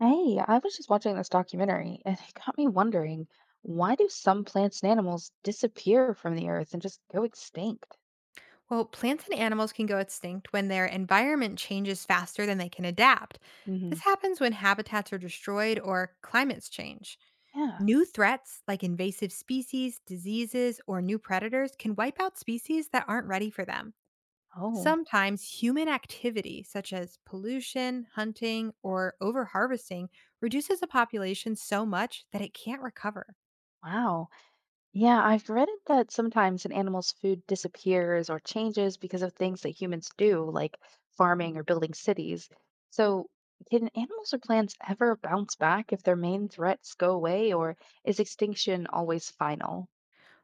Hey, I was just watching this documentary and it got me wondering, why do some plants and animals disappear from the earth and just go extinct? Well, plants and animals can go extinct when their environment changes faster than they can adapt. Hmm. This happens when habitats are destroyed or climates change. Yeah. New threats like invasive species, diseases, or new predators can wipe out species that aren't ready for them. Oh, Sometimes human activity, such as pollution, hunting, or overharvesting, reduces a population so much that it can't recover. wow. Yeah, I've read it that sometimes an animal's food disappears or changes because of things that humans do, like farming or building cities. So, can animals or plants ever bounce back if their main threats go away, or is extinction always final?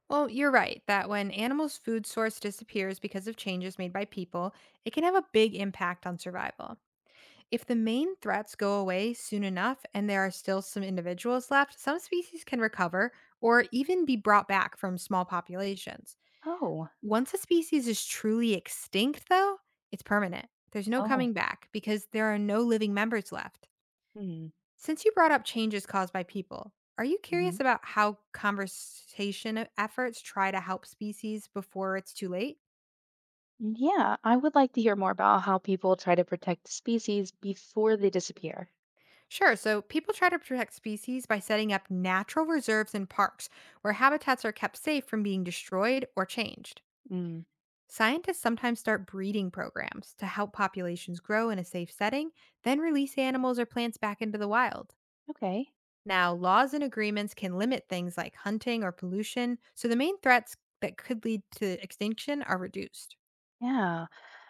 Well, you're right that when animals' food source disappears because of changes made by people, it can have a big impact on survival. If the main threats go away soon enough and there are still some individuals left, some species can recover or even be brought back from small populations. Oh, Once a species is truly extinct, though, it's permanent. There's no oh. coming back because there are no living members left. Hmm. Since you brought up changes caused by people, are you curious about how efforts try to help species before it's too late? Yeah, I would like to hear more about how people try to protect species before they disappear. Sure. So, people try to protect species by setting up natural reserves and parks where habitats are kept safe from being destroyed or changed. Mm, Scientists sometimes start breeding programs to help populations grow in a safe setting, then release animals or plants back into the wild. okay. Now, laws and agreements can limit things like hunting or pollution, so the main threats that could lead to extinction are reduced. Yeah.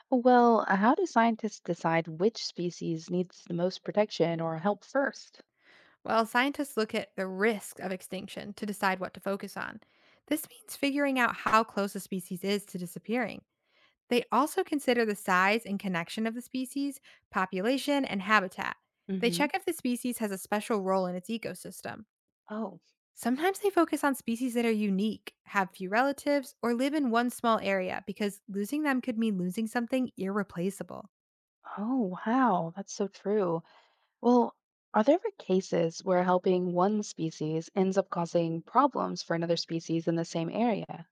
Well, how do scientists decide which species needs the most protection or help 1st? While scientists look at the risk of extinction to decide what to focus on, this means figuring out how close a species is to disappearing. They also consider the size and connection of the species, population, and habitat. They Mm-hmm. check if the species has a special role in its ecosystem. Oh, Sometimes they focus on species that are unique, have few relatives, or live in one small area because losing them could mean losing something irreplaceable. oh, wow. That's so true. Well, are there ever cases where helping one species ends up causing problems for another species in the same area?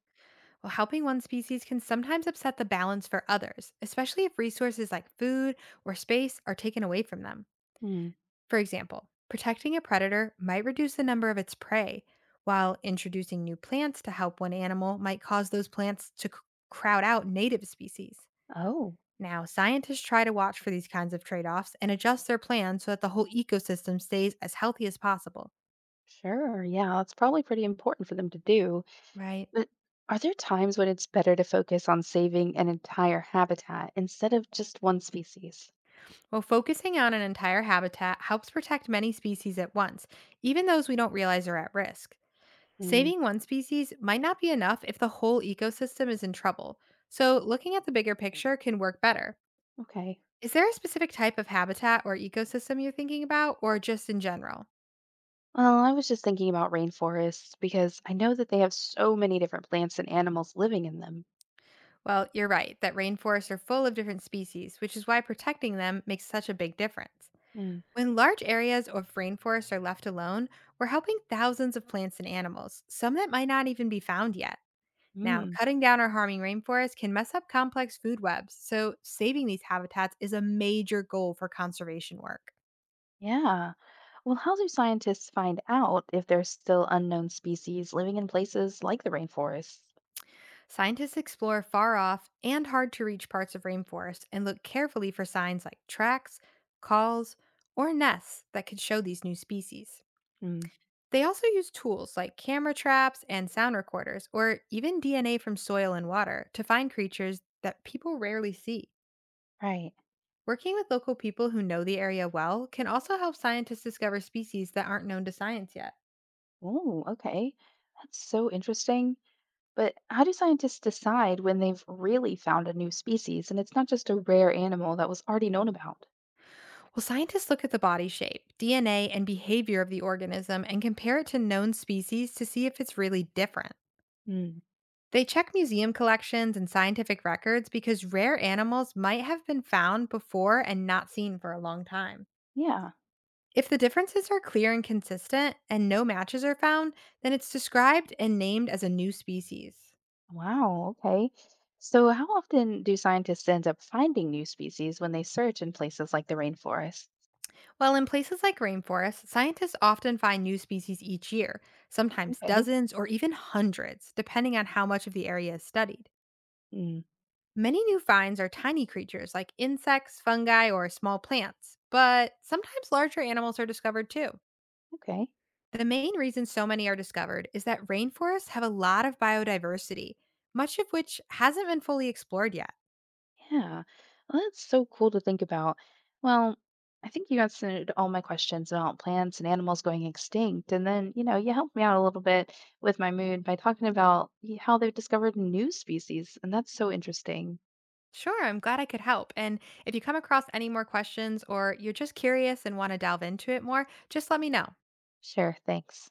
While helping one species can sometimes upset the balance for others, especially if resources like food or space are taken away from them. Hmm. For example, protecting a predator might reduce the number of its prey, while introducing new plants to help one animal might cause those plants crowd out native species. Oh, Now, scientists try to watch for these kinds of trade offs and adjust their plans so that the whole ecosystem stays as healthy as possible. sure. Yeah, that's probably pretty important for them to do. Right. But are there times when it's better to focus on saving an entire habitat instead of just one species? Well, focusing on an entire habitat helps protect many species at once, even those we don't realize are at risk. Mm, Saving one species might not be enough if the whole ecosystem is in trouble, so looking at the bigger picture can work better. okay. Is there a specific type of habitat or ecosystem you're thinking about, or just in general? Well, I was just thinking about rainforests because I know that they have so many different plants and animals living in them. Well, you're right that rainforests are full of different species, which is why protecting them makes such a big difference. Mm, When large areas of rainforests are left alone, we're helping thousands of plants and animals, some that might not even be found yet. Now, mm, cutting down or harming rainforests can mess up complex food webs, so saving these habitats is a major goal for conservation work. yeah. Well, how do scientists find out if there's still unknown species living in places like the rainforests? Scientists explore far off and hard to reach parts of rainforests and look carefully for signs like tracks, calls, or nests that could show these new species. Mm, They also use tools like camera traps and sound recorders, or even DNA from soil and water, to find creatures that people rarely see. right. Working with local people who know the area well can also help scientists discover species that aren't known to science yet. Oh, okay. That's so interesting. But how do scientists decide when they've really found a new species and it's not just a rare animal that was already known about? Well, scientists look at the body shape, DNA, and behavior of the organism and compare it to known species to see if it's really different. Mm. They check museum collections and scientific records because rare animals might have been found before and not seen for a long time. Yeah. If the differences are clear and consistent and no matches are found, then it's described and named as a new species. Wow. Okay. So, how often do scientists end up finding new species when they search in places like the rainforest? While in places like rainforests, scientists often find new species each year, sometimes Okay. dozens or even hundreds, depending on how much of the area is studied. Mm. Many new finds are tiny creatures like insects, fungi, or small plants, but sometimes larger animals are discovered too. Okay. The main reason so many are discovered is that rainforests have a lot of biodiversity, much of which hasn't been fully explored yet. Yeah. Well, that's so cool to think about. Well, I think you answered all my questions about plants and animals going extinct. And then you helped me out a little bit with my mood by talking about how they've discovered new species. And that's so interesting. Sure, I'm glad I could help. And if you come across any more questions or you're just curious and want to delve into it more, just let me know. Sure. Thanks.